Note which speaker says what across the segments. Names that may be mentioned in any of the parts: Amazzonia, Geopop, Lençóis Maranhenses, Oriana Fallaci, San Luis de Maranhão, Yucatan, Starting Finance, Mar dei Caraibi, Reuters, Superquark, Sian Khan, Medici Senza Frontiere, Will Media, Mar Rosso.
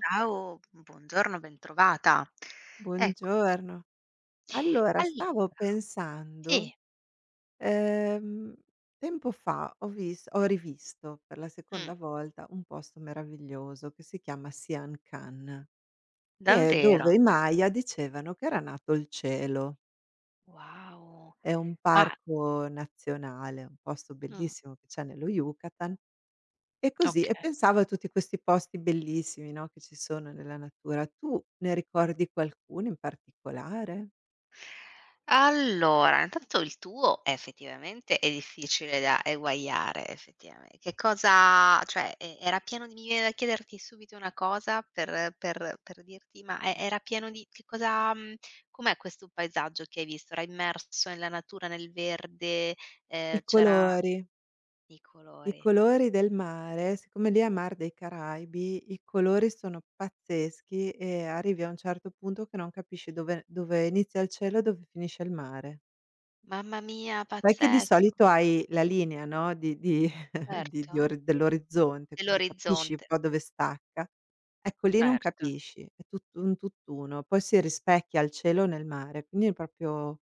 Speaker 1: Ciao, buongiorno, bentrovata. Eccoci.
Speaker 2: Buongiorno. Allora,
Speaker 1: Allora,
Speaker 2: stavo pensando,
Speaker 1: sì.
Speaker 2: ehm, tempo fa ho rivisto per la
Speaker 1: Mh.
Speaker 2: seconda volta un posto meraviglioso che si chiama Sian Khan, che è
Speaker 1: Davvero.
Speaker 2: dove i Maya dicevano che era nato il cielo.
Speaker 1: Wow.
Speaker 2: È un
Speaker 1: Ma
Speaker 2: parco nazionale, un posto
Speaker 1: mh.
Speaker 2: bellissimo che c'è nello Yucatan. E così e
Speaker 1: Okay.
Speaker 2: pensavo a tutti questi posti bellissimi, no, che ci sono nella natura. Tu ne ricordi qualcuno in particolare?
Speaker 1: Allora, intanto il tuo effettivamente è difficile da eguagliare, effettivamen che cosa, cioè, era pieno di, mi viene da chiederti subito una cosa, per dirti, ma era pieno di che cosa, com'è questo paesaggio che hai visto? Era immerso nella natura, nel verde,
Speaker 2: I
Speaker 1: c'era.
Speaker 2: colori?
Speaker 1: I
Speaker 2: I
Speaker 1: colori.
Speaker 2: colori del mare, siccome lì è Mar dei Caraibi, i colori sono pazzeschi e arrivi a un certo punto che non capisci dove inizia il cielo e dove finisce il mare.
Speaker 1: Mamma mia,
Speaker 2: Sai che di
Speaker 1: pazzesco.
Speaker 2: solito hai la linea, no, di di
Speaker 1: Certo.
Speaker 2: ori dell'orizzonte,
Speaker 1: E
Speaker 2: quindi capisci un
Speaker 1: l'orizzonte,
Speaker 2: po' dove stacca. Ecco, lì non
Speaker 1: certo.
Speaker 2: capisci, è tutto un tutt'uno, poi si rispecchia il cielo nel mare, quindi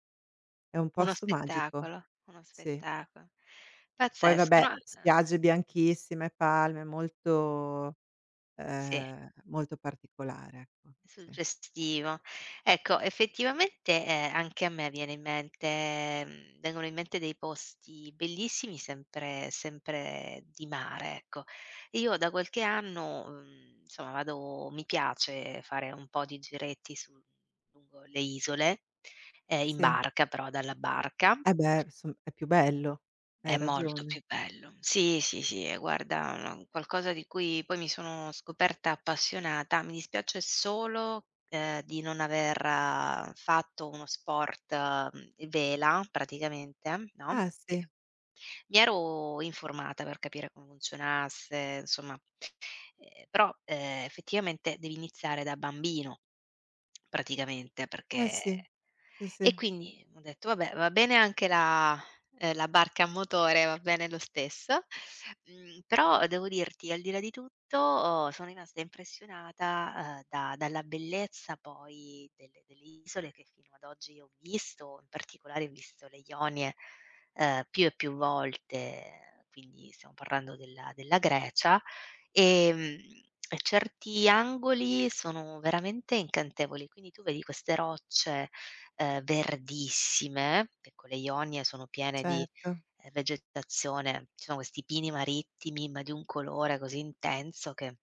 Speaker 2: è un
Speaker 1: Uno
Speaker 2: posto magico,
Speaker 1: spettacolo, uno
Speaker 2: sì.
Speaker 1: spettacolo.
Speaker 2: Poi
Speaker 1: Pazzesco,
Speaker 2: vabbè,
Speaker 1: no.
Speaker 2: spiagge bianchissime, palme,
Speaker 1: Sì.
Speaker 2: Molto particolare, ecco. Sì,
Speaker 1: Suggestivo. Ecco, effettivamente, anche a me viene in mente, vengono in mente dei posti bellissimi, sempre di mare, ecco. Io da qualche anno, insomma vado, mi piace fare un po' di giretti su lungo le isole, in
Speaker 2: sì.
Speaker 1: barca, però, dalla barca.
Speaker 2: Eh beh, son è più bello, hai
Speaker 1: È molto
Speaker 2: ragione.
Speaker 1: più bello. Sì, sì, sì, e guarda, no, qualcosa di cui poi mi sono scoperta appassionata. Mi dispiace solo, di non aver fatto uno sport, vela praticamente, no,
Speaker 2: Ah sì,
Speaker 1: che mi ero informata per capire come funzionasse, insomma, però, effettivamente devi iniziare da bambino praticamente,
Speaker 2: eh
Speaker 1: perché,
Speaker 2: sì. Sì, sì,
Speaker 1: e quindi ho detto: "Vabbè, va bene anche la la barca a motore, va bene lo stesso". Però devo dirti, al di là di tutto, oh, sono rimasta impressionata, da dalla bellezza poi delle isole che fino ad oggi ho visto, in particolare ho visto le Ionie, più e più volte, quindi stiamo parlando della Grecia, ehm, certi angoli sono veramente incantevoli. Quindi tu vedi queste rocce, verdissime, perché le Ionie sono piene di,
Speaker 2: certo.
Speaker 1: vegetazione, ci sono questi pini marittimi, ma di un colore così intenso che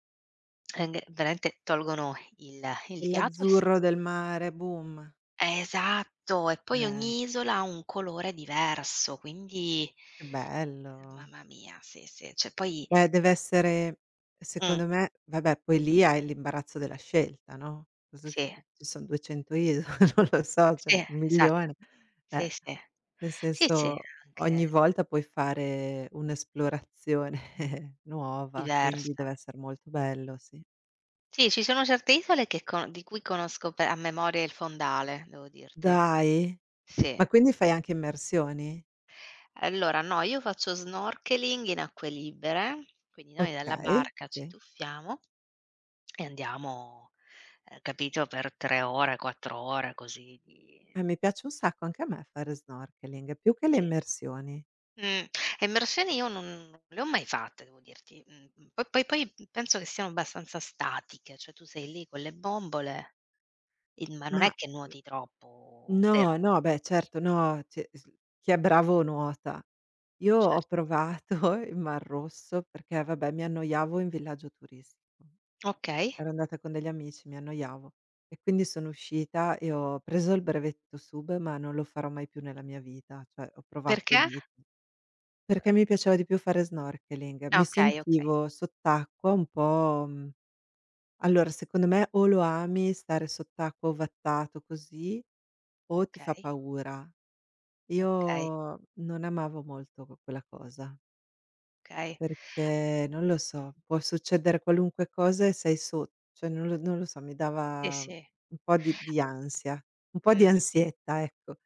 Speaker 1: veramente tolgono il
Speaker 2: E
Speaker 1: fiato e s
Speaker 2: l'azzurro del mare, boom.
Speaker 1: esatto, e poi
Speaker 2: Eh,
Speaker 1: ogni isola ha un colore diverso, quindi
Speaker 2: che bello.
Speaker 1: mamma mia, sì, sì, cioè poi
Speaker 2: Beh, dev'essere
Speaker 1: mh,
Speaker 2: secondo me, vabbè, poi lì hai l'imbarazzo della scelta, no, cosa
Speaker 1: sì,
Speaker 2: ci son 200 isole, non lo so, ce n'è
Speaker 1: sì, esatto,
Speaker 2: 1.000.000. Eh.
Speaker 1: sì, sì.
Speaker 2: Nel
Speaker 1: Sì, sì,
Speaker 2: senso,
Speaker 1: anche
Speaker 2: ogni volta puoi fare un'esplorazione nuova, quindi deve
Speaker 1: diversa.
Speaker 2: essere molto bello, sì.
Speaker 1: Sì, ci sono certe isole che con di cui conosco pe a memoria il fondale, devo dirti.
Speaker 2: Dai!
Speaker 1: Sì.
Speaker 2: Ma quindi fai anche immersioni?
Speaker 1: Allora, no, io faccio snorkeling in acque libere, quindi noi dalla
Speaker 2: Okay,
Speaker 1: barca ci
Speaker 2: sì.
Speaker 1: tuffiamo e andiamo, capito, per 3 ore, 4 ore così di
Speaker 2: Mi piace un sacco anche a me fare snorkeling, più che le
Speaker 1: sì.
Speaker 2: immersioni.
Speaker 1: Mh. Immersioni io non le ho mai fatte, devo dirti. Poi penso che siano abbastanza statiche, cioè tu sei lì con le bombole, in ma non
Speaker 2: Ma
Speaker 1: è che nuoti troppo,
Speaker 2: no,
Speaker 1: vero?
Speaker 2: no, beh certo, no, cioè s chi è bravo nuota. Io
Speaker 1: Cer
Speaker 2: ho provato il Mar Rosso perché, vabbè, mi annoiavo in villaggio turistico.
Speaker 1: okay.
Speaker 2: Ero andata con degli amici, mi annoiavo e quindi sono uscita e ho preso il brevetto sub, ma non lo farò mai più nella mia vita, cioè ho provato
Speaker 1: Perché?
Speaker 2: lì, perché mi piaceva di più fare snorkeling.
Speaker 1: Ah,
Speaker 2: Mi
Speaker 1: okay, okay,
Speaker 2: sentivo sott'acqua un po', allora secondo me o lo ami stare sott'acqua ovattato così o ti fa
Speaker 1: okay,
Speaker 2: paura. Io
Speaker 1: okay,
Speaker 2: non amavo molto quella cosa.
Speaker 1: okay.
Speaker 2: Perché non lo so, può succedere qualunque cosa e sei sotto, cioè non lo so, mi
Speaker 1: Sì,
Speaker 2: dava
Speaker 1: sì.
Speaker 2: un po' di ansia, un po' di
Speaker 1: Mh-mh.
Speaker 2: ansietta, ecco.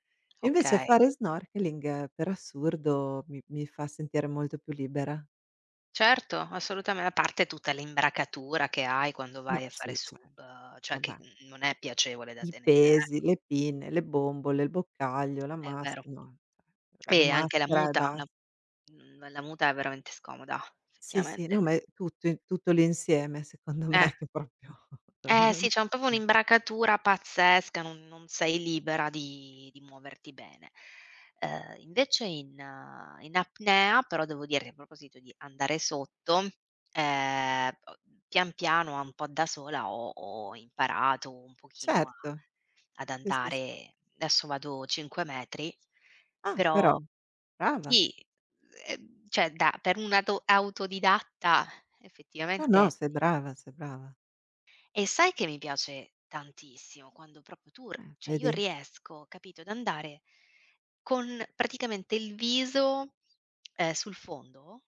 Speaker 2: Invece
Speaker 1: Okay.
Speaker 2: fare snorkeling, per assurdo mi fa sentire molto più libera.
Speaker 1: Certo, assolutame a parte tutta l'imbracatura che hai quando
Speaker 2: No,
Speaker 1: vai a fare
Speaker 2: sì, cioè
Speaker 1: sub, cioè che,
Speaker 2: vabbè,
Speaker 1: non è piacevole da
Speaker 2: i
Speaker 1: tenere,
Speaker 2: pesi, le pinne, le bombole, il boccaglio, la
Speaker 1: è
Speaker 2: mas
Speaker 1: vero.
Speaker 2: no, la
Speaker 1: E anche la
Speaker 2: maschera e
Speaker 1: muta, la
Speaker 2: basta.
Speaker 1: la muta è veramente scomoda,
Speaker 2: Sì, sì, no,
Speaker 1: effettivamente.
Speaker 2: ma è tutto i tutto l'insieme secondo
Speaker 1: Eh.
Speaker 2: me che proprio
Speaker 1: Eh
Speaker 2: non
Speaker 1: sì, c'è un proprio
Speaker 2: mh.
Speaker 1: un'imbracatura pazzesca, non sei libera di muoverti bene. Invece in in apnea, però devo dire che a proposito di andare sotto, ho pian piano, un po' da sola, ho imparato un pochino a
Speaker 2: Certo,
Speaker 1: ad
Speaker 2: sì, sì, sì.
Speaker 1: andare, adesso vado 5 metri,
Speaker 2: Ah, però,
Speaker 1: però
Speaker 2: brava.
Speaker 1: sì, cioè da per un ato autodidatta
Speaker 2: No, no,
Speaker 1: effettivamente,
Speaker 2: sei brava, sei brava.
Speaker 1: e sai che mi piace tantissimo quando proprio tur cioè io
Speaker 2: Vedi?
Speaker 1: riesco, capito, ad andare con praticamente il viso, sul fondo,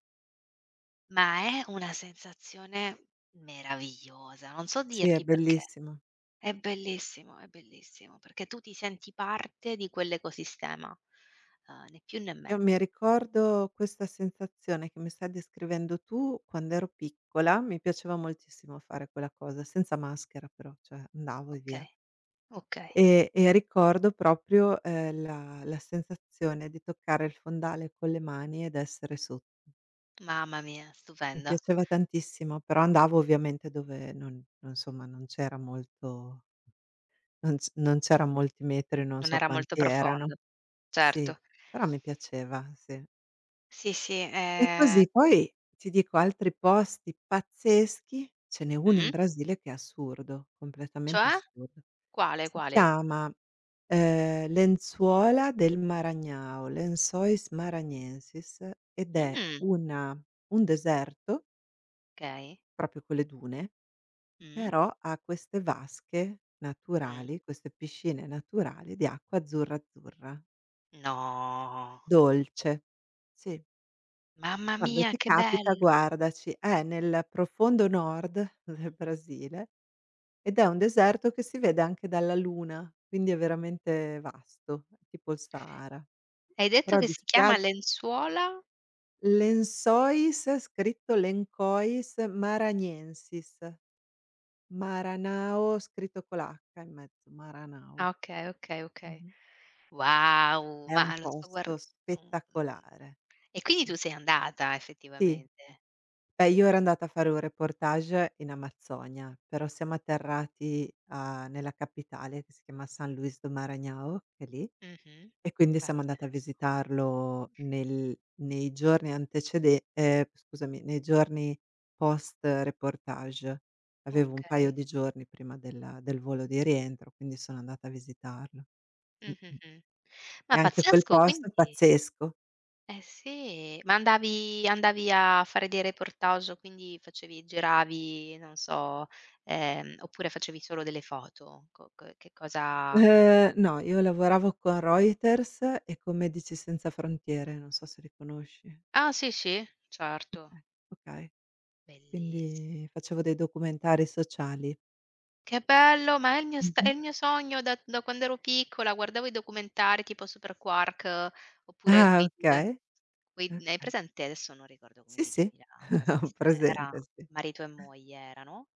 Speaker 1: ma è una sensazione meravigliosa, non so
Speaker 2: Sì, è
Speaker 1: dirti perché.
Speaker 2: bellissimo.
Speaker 1: È bellissimo, perché tu ti senti parte di quell'ecosistema, né più né
Speaker 2: Io mi
Speaker 1: meno.
Speaker 2: ricordo questa sensazione che mi stai descrivendo tu quando ero piccola, mi piaceva moltissimo fare quella cosa, senza maschera però, cioè andavo e via.
Speaker 1: Okay, okay.
Speaker 2: E ricordo proprio, la sensazione di toccare il fondale con le mani ed essere sotto.
Speaker 1: Mamma mia,
Speaker 2: Mi
Speaker 1: stupendo.
Speaker 2: piaceva tantissimo, però andavo ovviamente dove non insomma non c'era molti metri, non
Speaker 1: Non
Speaker 2: so
Speaker 1: era molto
Speaker 2: quanti erano.
Speaker 1: profondo.
Speaker 2: Sì,
Speaker 1: Certo.
Speaker 2: però mi piaceva, sì.
Speaker 1: Sì, sì,
Speaker 2: E così poi ti dico altri posti pazzeschi, ce n'è uno in
Speaker 1: mh?
Speaker 2: Brasile che è assurdo, completamente
Speaker 1: Cioè?
Speaker 2: assurdo.
Speaker 1: Quale,
Speaker 2: Si
Speaker 1: quale?
Speaker 2: chiama, Lenzuola del Maranhão, Lençóis Maranhenses, ed è
Speaker 1: Mh,
Speaker 2: una un deserto,
Speaker 1: okay.
Speaker 2: proprio con le dune,
Speaker 1: Mh,
Speaker 2: però ha queste vasche
Speaker 1: mh.
Speaker 2: naturali, queste piscine naturali di acqua azzurra, azzurra,
Speaker 1: No,
Speaker 2: dolce. Sì.
Speaker 1: mamma
Speaker 2: Quando
Speaker 1: mia
Speaker 2: ti
Speaker 1: che
Speaker 2: capita
Speaker 1: bello.
Speaker 2: guardaci, è nel profondo nord del Brasile ed è un deserto che si vede anche dalla Luna, quindi è veramente vasto, è tipo il Sahara.
Speaker 1: Hai detto
Speaker 2: Però
Speaker 1: che
Speaker 2: di
Speaker 1: si chiama
Speaker 2: spiag
Speaker 1: lenzuola?
Speaker 2: Lençóis, scritto Lencois Maranhenses, Maranao scritto con l'H in mezzo, Maranao.
Speaker 1: Ah, okay, okay, okay.
Speaker 2: Mh-mh.
Speaker 1: Wow,
Speaker 2: È un
Speaker 1: ma lo sto
Speaker 2: posto
Speaker 1: guard uhm,
Speaker 2: spettacolare.
Speaker 1: e quindi
Speaker 2: Sì,
Speaker 1: tu
Speaker 2: sì.
Speaker 1: sei andata
Speaker 2: Sì.
Speaker 1: effettivamente.
Speaker 2: Beh, io ero andata a fare un reportage in Amazzonia, però siamo atterrati a nella capitale che si chiama San Luis de Maranhão, che è lì,
Speaker 1: Mh-mh.
Speaker 2: e quindi siamo andate a
Speaker 1: Pazzesco.
Speaker 2: visitarlo nel nei giorni antecede scusami, nei giorni post reportage. Avevo un paio
Speaker 1: Okay.
Speaker 2: di giorni prima del volo di rientro, quindi sono andata a visitarlo. Mh-mh.
Speaker 1: Mh-mh-mh.
Speaker 2: E
Speaker 1: Ma
Speaker 2: anche quel
Speaker 1: pazzesco
Speaker 2: posto è
Speaker 1: quindi,
Speaker 2: pazzesco.
Speaker 1: eh sì, ma andavi, andavi a fare dei reportage, quindi facevi, giravi, non so, oppure facevi solo delle foto? Co co Che cosa?
Speaker 2: No, io lavoravo con Reuters e con Medici Senza Frontiere, non so se li conosci.
Speaker 1: Ah sì, sì, certo,
Speaker 2: Okay, okay.
Speaker 1: bellissi
Speaker 2: Quindi facevo dei documentari sociali.
Speaker 1: che bello, ma è il mio st è
Speaker 2: Mh-mh.
Speaker 1: il mio sogno da da quando ero piccola, guardavo i documentari tipo Superquark, oppure
Speaker 2: Ah,
Speaker 1: quei 2.
Speaker 2: okay,
Speaker 1: Quindi hai
Speaker 2: okay.
Speaker 1: presente, adesso non ricordo come
Speaker 2: Sì,
Speaker 1: si
Speaker 2: sì,
Speaker 1: chiami la
Speaker 2: ho
Speaker 1: trasmissione, era
Speaker 2: presente, sì.
Speaker 1: marito e moglie erano,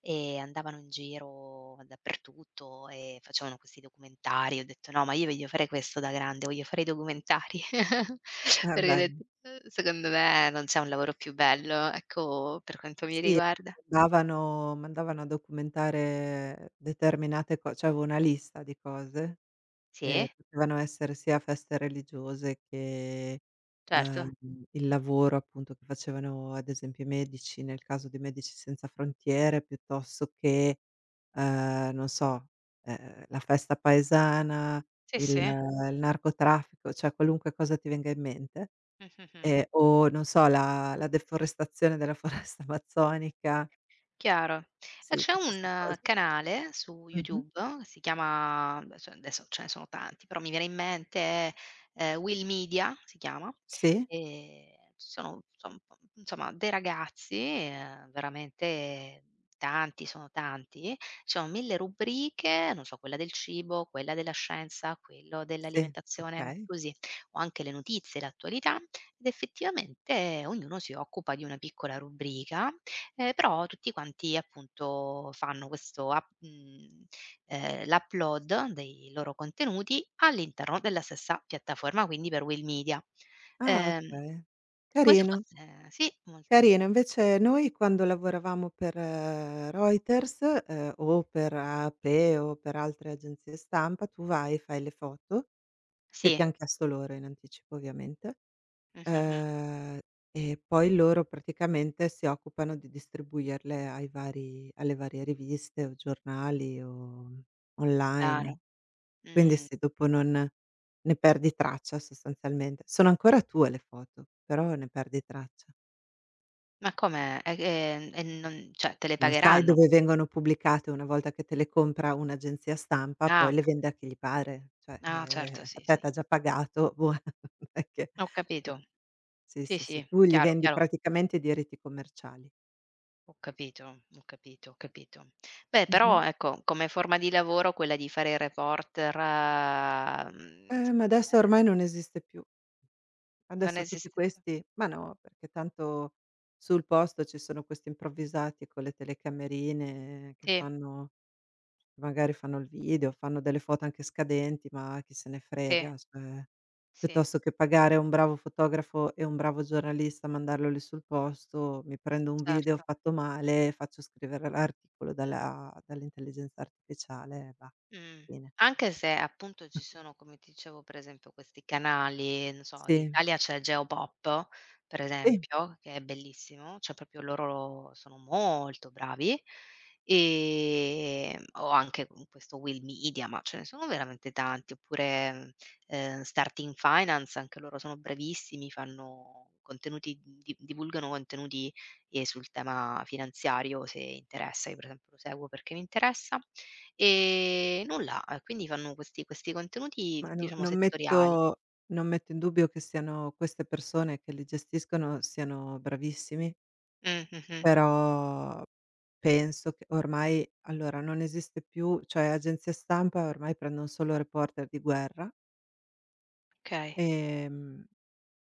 Speaker 1: e andavano in giro dappertutto e facevano questi documentari. Ho detto: "No, ma io voglio fare questo da grande, voglio fare i documentari."
Speaker 2: Ah,
Speaker 1: Perché ho
Speaker 2: bello.
Speaker 1: detto: secondo me non c'è un lavoro più bello." Ecco, per quanto mi
Speaker 2: Sì,
Speaker 1: riguarda.
Speaker 2: mandavano a documentare determinate co cioè avevo una lista di cose. Ehm,
Speaker 1: Sì,
Speaker 2: potevano essere sia feste religiose che,
Speaker 1: certo.
Speaker 2: ehm, il lavoro appunto che facevano ad esempio i medici, nel caso di Medici Senza Frontiere, piuttosto che, non so, la festa paesana,
Speaker 1: Sì,
Speaker 2: il
Speaker 1: sì.
Speaker 2: il narcotraffico, cioè qualunque cosa ti venga in mente.
Speaker 1: Mh-mh-mh.
Speaker 2: O non so la deforestazione della foresta amazzonica,
Speaker 1: Chiaro. E
Speaker 2: sì,
Speaker 1: c'è
Speaker 2: tutte
Speaker 1: un
Speaker 2: 'ste cose.
Speaker 1: canale su
Speaker 2: Mh-mh.
Speaker 1: YouTube, si chiama, beh, cioè adesso ce ne sono tanti, però mi viene in mente, Will Media si chiama,
Speaker 2: Sì,
Speaker 1: e ci sono insomma dei ragazzi, veramente tanti, sono tanti, ci sono 1000 rubriche, non so, quella del cibo, quella della scienza, quello
Speaker 2: sì,
Speaker 1: dell'alimentazione,
Speaker 2: okay.
Speaker 1: così, o anche le notizie, l'attualità, ed effettivamente ognuno si occupa di una piccola rubrica. Però tutti quanti appunto fanno questo l'upload dei loro contenuti all'interno della stessa piattaforma, quindi per Will Media.
Speaker 2: Ah
Speaker 1: Ehm,
Speaker 2: okay,
Speaker 1: Come se
Speaker 2: carino.
Speaker 1: fosse, sì, molto, mol
Speaker 2: Carino, invece noi quando lavoravamo per Reuters, o per AP o per altre agenzie stampa, tu vai e fai le foto che ti
Speaker 1: sì,
Speaker 2: han chiesto loro in anticipo ovviamente,
Speaker 1: mh-mh-mh,
Speaker 2: ehm, e poi loro praticamente si occupano di distribuirle ai vari alle varie riviste o giornali o
Speaker 1: chiaro.
Speaker 2: online.
Speaker 1: Mh.
Speaker 2: Quindi
Speaker 1: Chiaro. Mm,
Speaker 2: sì, dopo non ne perdi traccia sostanzialmente. Sono ancora tue le foto, però ne perdi traccia.
Speaker 1: ma come? E che, e non, cioè te le
Speaker 2: Non sai
Speaker 1: pagheranno?
Speaker 2: dove vengono pubblicate una volta che te le compra un'agenzia stampa, poi
Speaker 1: Ah,
Speaker 2: le vende a chi gli pare, cioè,
Speaker 1: ah certo,
Speaker 2: a
Speaker 1: sì,
Speaker 2: te
Speaker 1: sì.
Speaker 2: t'ha già pagato, boh. non è che
Speaker 1: Ho
Speaker 2: tu
Speaker 1: capito.
Speaker 2: Sì,
Speaker 1: Sì,
Speaker 2: sì, sì,
Speaker 1: sì,
Speaker 2: tu gli
Speaker 1: chiaro,
Speaker 2: vendi
Speaker 1: chiaro.
Speaker 2: praticamente i diritti commerciali.
Speaker 1: Ho capito, ho capito, ho capito. Beh,
Speaker 2: Mh-mh.
Speaker 1: però ecco, come forma di lavoro quella di fare il reporter,
Speaker 2: Ma
Speaker 1: secondo
Speaker 2: adesso
Speaker 1: me
Speaker 2: ormai non esiste più.
Speaker 1: non
Speaker 2: Adesso tutti
Speaker 1: esiste più.
Speaker 2: questi ma no, perché tanto sul posto ci sono questi improvvisati con le telecamerine. Che
Speaker 1: Sì,
Speaker 2: fanno Magari fanno il video, fanno delle foto anche scadenti, ma chi se ne
Speaker 1: sì,
Speaker 2: frega, cioè
Speaker 1: sì,
Speaker 2: piuttosto che pagare un bravo fotografo e un bravo giornalista, mandarlo lì sul posto, mi prendo un video
Speaker 1: certo.
Speaker 2: fatto male, faccio scrivere l'articolo dalla dall'intelligenza artificiale e va,
Speaker 1: Mh.
Speaker 2: fine.
Speaker 1: Anche se appunto ci sono, come ti dicevo, per esempio questi canali, non so, in
Speaker 2: Sì,
Speaker 1: Italia c'è Geopop, per
Speaker 2: sì,
Speaker 1: esempio, che è bellissimo, cioè proprio loro sono molto bravi, o anche con questo Will Media, ma ce ne sono veramente tanti, oppure, Starting Finance, anche loro sono bravissimi, fanno contenuti di, divulgano contenuti, sul tema finanziario, se interessa. Io per esempio lo seguo perché mi interessa. E nulla, e quindi fanno questi contenuti,
Speaker 2: ma no,
Speaker 1: diciamo,
Speaker 2: non
Speaker 1: settoriali.
Speaker 2: metto non metto in dubbio che siano queste persone che li gestiscono siano bravissimi.
Speaker 1: Mh-mh.
Speaker 2: Però penso che ormai, allora, non esiste più, cioè agenzie stampa ormai prendon solo reporter di guerra,
Speaker 1: Okay,
Speaker 2: ehm,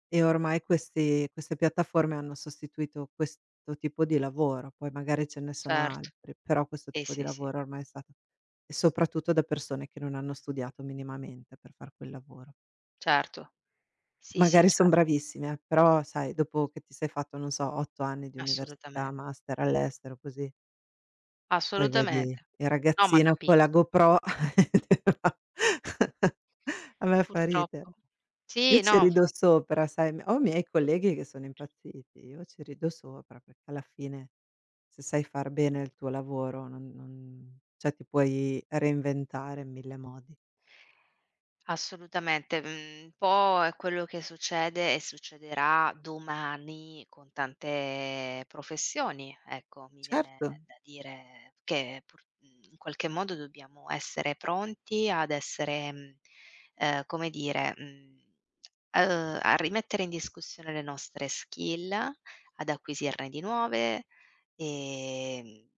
Speaker 2: e ormai questi queste piattaforme hanno sostituito questo tipo di lavoro, poi magari ce ne sono
Speaker 1: certo.
Speaker 2: altri, però questo
Speaker 1: Sì,
Speaker 2: tipo di
Speaker 1: sì, sì,
Speaker 2: lavoro ormai è stato, e soprattutto da persone che non hanno studiato minimamente per far quel lavoro.
Speaker 1: certo. Sì, sì,
Speaker 2: Magari son
Speaker 1: certo,
Speaker 2: bravissime, però sai dopo che ti sei fatto, non so, 8 anni di università,
Speaker 1: assolutamen
Speaker 2: master all'estero, così. Poi vedi
Speaker 1: assolutamente.
Speaker 2: il
Speaker 1: No, ma
Speaker 2: ragazzino con la
Speaker 1: capisco.
Speaker 2: GoPro a me fa ridere.
Speaker 1: Purtroppo.
Speaker 2: Io
Speaker 1: Sì,
Speaker 2: ci
Speaker 1: no,
Speaker 2: rido
Speaker 1: fa
Speaker 2: sopra, sai, ho i miei colleghi che sono impazziti, io ci rido sopra perché alla fine se sai far bene il tuo lavoro non cioè ti puoi reinventare in 1000 modi.
Speaker 1: assolutamente, un po' è quello che succede e succederà domani con tante professioni, ecco, mi viene
Speaker 2: Certo,
Speaker 1: da dire che pur, in qualche modo dobbiamo essere pronti ad essere, come dire, a rimettere in discussione le nostre skill, ad acquisirne di nuove, ehm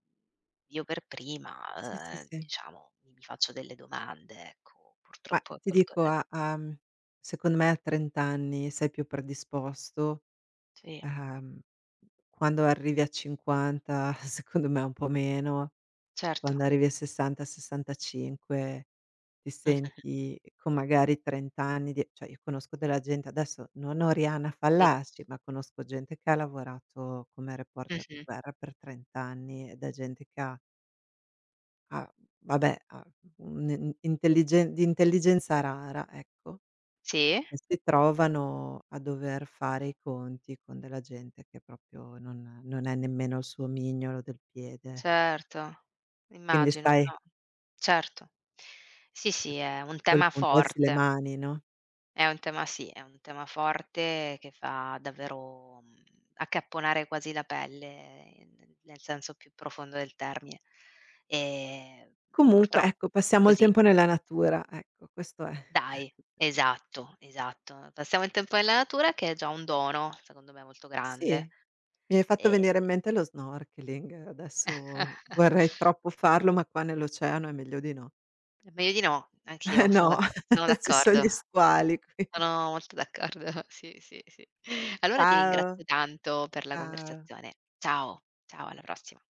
Speaker 1: io per prima,
Speaker 2: sì, sì, sì.
Speaker 1: diciamo, mi faccio delle domande, ecco.
Speaker 2: Ma
Speaker 1: Purtroppo è
Speaker 2: ti dico,
Speaker 1: qualcosa che
Speaker 2: secondo me a 30 anni sei più predisposto.
Speaker 1: sì,
Speaker 2: Ehm, quando arrivi a 50 secondo me un po' meno,
Speaker 1: certo.
Speaker 2: quando arrivi a 60, 65 ti
Speaker 1: Mh-mh-mh.
Speaker 2: senti con magari 30 anni di, cioè, io conosco della gente, adesso non ho Rihanna
Speaker 1: Sì.
Speaker 2: Fallaci, ma conosco gente che ha lavorato come reporter di
Speaker 1: Mh-mh.
Speaker 2: guerra per 30 anni ed è gente che ha vabbè, ha un intelligenza rara, ecco,
Speaker 1: Sì,
Speaker 2: e si trovano a dover fare i conti con della gente che proprio non è nemmeno il suo mignolo del piede.
Speaker 1: certo.
Speaker 2: Quindi
Speaker 1: Immagino,
Speaker 2: sai, a
Speaker 1: no. Certo. Sì, sì, è un
Speaker 2: quel
Speaker 1: tema
Speaker 2: punto alzi le
Speaker 1: forte.
Speaker 2: mani, no.
Speaker 1: È un tema, sì, è un tema forte che fa davvero, accapponare quasi la pelle, nel senso più profondo del termine. Ehm,
Speaker 2: Comunque
Speaker 1: Purtroppo
Speaker 2: ecco, passiamo il
Speaker 1: così.
Speaker 2: tempo nella natura, ecco questo è.
Speaker 1: Dai, esatto, esatto. Passiamo il tempo nella natura che è già un dono, secondo me, molto
Speaker 2: Sì,
Speaker 1: grande.
Speaker 2: mi hai fatto
Speaker 1: E
Speaker 2: venire in mente lo snorkeling, adesso vorrei troppo farlo, ma qua nell'oceano è meglio di no.
Speaker 1: è meglio di no,
Speaker 2: Eh
Speaker 1: anch'io sono
Speaker 2: no,
Speaker 1: d'acco sono
Speaker 2: ci son gli
Speaker 1: d'accordo,
Speaker 2: squali qui.
Speaker 1: sono molto d'accordo. Sì, sì, sì. Allora ti
Speaker 2: Ciao,
Speaker 1: ringrazio tanto per la
Speaker 2: ciao.
Speaker 1: conversazione. Ciao, ciao alla prossima.